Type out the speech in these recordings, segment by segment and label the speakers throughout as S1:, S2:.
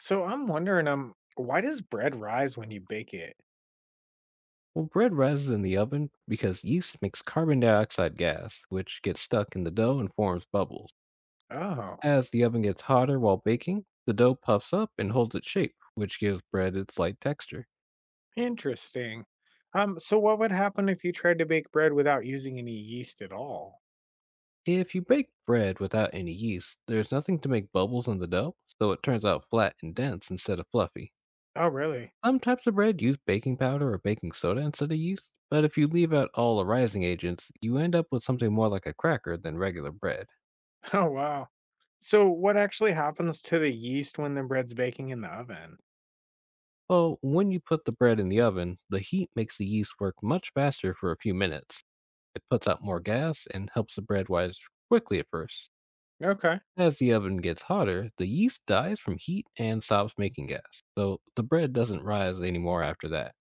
S1: So I'm wondering, why does bread rise when you bake it?
S2: Well, bread rises in the oven because yeast makes carbon dioxide gas, which gets stuck in the dough and forms bubbles.
S1: Oh,
S2: As the oven gets hotter while baking, the dough puffs up and holds its shape, which gives bread its light texture.
S1: interesting. So what would happen if you tried to bake bread without using any yeast at all?
S2: If you bake bread without any yeast, there's nothing to make bubbles in the dough, so it turns out flat and dense instead of fluffy.
S1: Oh, really?
S2: Some types of bread use baking powder or baking soda instead of yeast, but if you leave out all the rising agents, you end up with something more like a cracker than regular bread.
S1: Oh, wow. So what actually happens to the yeast when the bread's baking in the oven?
S2: Well, when you put the bread in the oven, the heat makes the yeast work much faster for a few minutes. It puts out more gas and helps the bread rise quickly at first.
S1: Okay,
S2: As the oven gets hotter, the yeast dies from heat and stops making gas, so the bread doesn't rise anymore after that.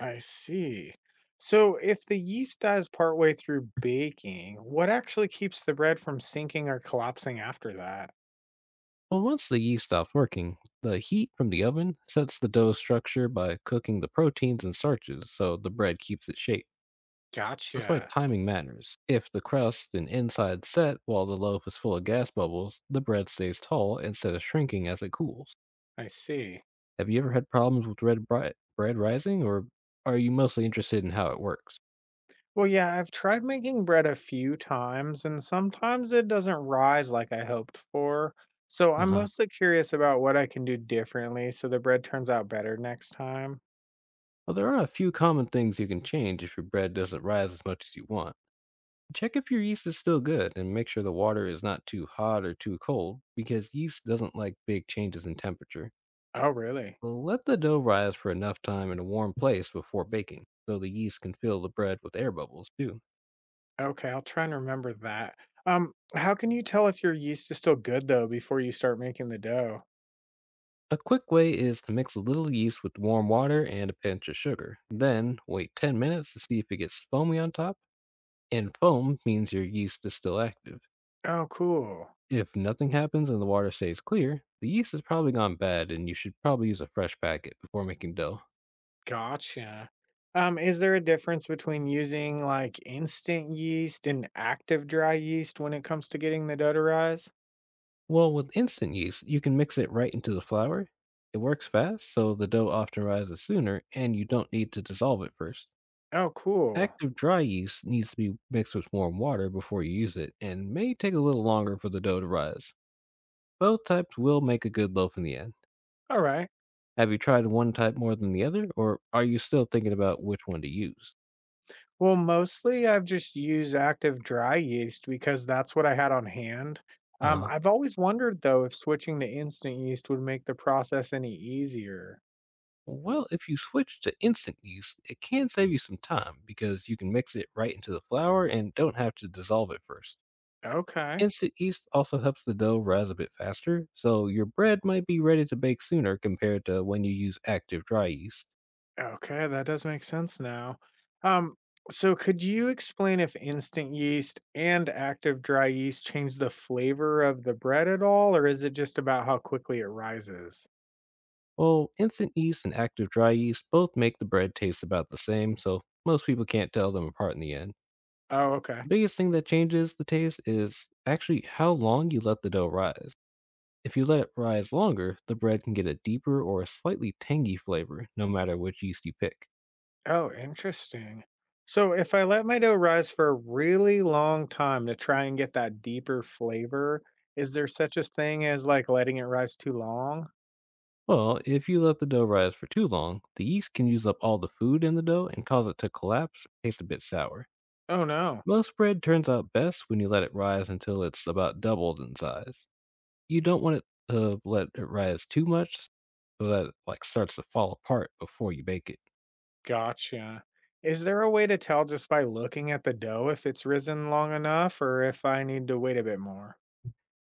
S1: I see. So if the yeast dies partway through baking, what actually keeps the bread from sinking or collapsing after that?
S2: Well, once the yeast stops working, the heat from the oven sets the dough structure by cooking the proteins and starches so the bread keeps its shape. That's why
S1: Gotcha.
S2: timing matters. If the crust and inside set while the loaf is full of gas bubbles, the bread stays tall instead of shrinking as it cools.
S1: I see.
S2: Have you ever had problems with bread rising, or are you mostly interested in how it works?
S1: Well, yeah, I've tried making bread a few times, and sometimes it doesn't rise like I hoped for. So
S2: Uh
S1: I'm
S2: huh.
S1: mostly curious about what I can do differently so the bread turns out better next time.
S2: Well, there are a few common things you can change if your bread doesn't rise as much as you want. Check if your yeast is still good and make sure the water is not too hot or too cold because yeast doesn't like big changes in temperature.
S1: Oh, really?
S2: Well, let the dough rise for enough time in a warm place before baking, so the yeast can fill the bread with air bubbles too.
S1: Okay, I'll try and remember that. How can you tell if your yeast is still good though before you start making the dough?
S2: A quick way is to mix a little yeast with warm water and a pinch of sugar. Then wait 10 minutes to see if it gets foamy on top, and foam means your yeast is still active.
S1: Oh, cool.
S2: If nothing happens and the water stays clear, the yeast has probably gone bad and you should probably use a fresh packet before making dough.
S1: Gotcha. Is there a difference between using like instant yeast and active dry yeast when it comes to getting the dough to rise?
S2: Well, with instant yeast, you can mix it right into the flour. It works fast, so the dough often rises sooner, and you don't need to dissolve it first.
S1: Oh, cool.
S2: Active dry yeast needs to be mixed with warm water before you use it, and may take a little longer for the dough to rise. Both types will make a good loaf in the end.
S1: All right.
S2: Have you tried one type more than the other, or are you still thinking about which one to use?
S1: Well, mostly I've just used active dry yeast because that's what I had on hand.
S2: Uh
S1: Um,
S2: huh.
S1: I've always wondered though if switching to instant yeast would make the process any easier.
S2: Well, if you switch to instant yeast, it can save you some time because you can mix it right into the flour and don't have to dissolve it first.
S1: Okay.
S2: Instant yeast also helps the dough rise a bit faster, so your bread might be ready to bake sooner compared to when you use active dry yeast.
S1: Okay, that does make sense now. Um, so could you explain if instant yeast and active dry yeast change the flavor of the bread at all, or is it just about how quickly it rises?
S2: Well, instant yeast and active dry yeast both make the bread taste about the same, so most people can't tell them apart in the end.
S1: Oh, okay.
S2: Biggest thing that changes the taste is actually how long you let the dough rise. If you let it rise longer, the bread can get a deeper or a slightly tangy flavor, no matter which yeast you pick.
S1: Oh, interesting. So if I let my dough rise for a really long time to try and get that deeper flavor, is there such a thing as like letting it rise too long?
S2: Well, if you let the dough rise for too long, the yeast can use up all the food in the dough and cause it to collapse, taste a bit sour.
S1: Oh no.
S2: Most bread turns out best when you let it rise until it's about doubled in size. You don't want it to let it rise too much so that it like starts to fall apart before you bake it.
S1: Gotcha. Is there a way to tell just by looking at the dough if it's risen long enough or if I need to wait a bit more?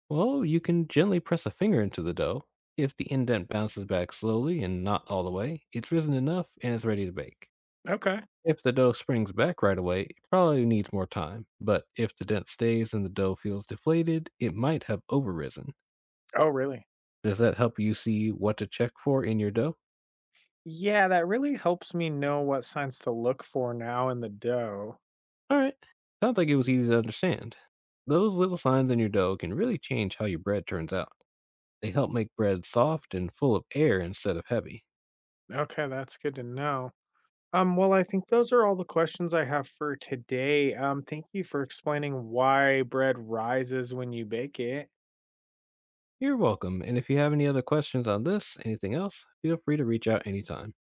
S2: Well, you can gently press a finger into the dough. If the indent bounces back slowly and not all the way, it's risen enough and it's ready to bake.
S1: Okay.
S2: If the dough springs back right away, it probably needs more time. But if the dent stays and the dough feels deflated, it might have overrisen.
S1: Oh, really?
S2: Does that help you see what to check for in your dough?
S1: Yeah, that really helps me know what signs to look for now in the dough.
S2: All right. Sounds like it was easy to understand. Those little signs in your dough can really change how your bread turns out. They help make bread soft and full of air instead of heavy.
S1: Okay, that's good to know. Well, I think those are all the questions I have for today. Thank you for explaining why bread rises when you bake it.
S2: You're welcome. And if you have any other questions on this, anything else, feel free to reach out anytime.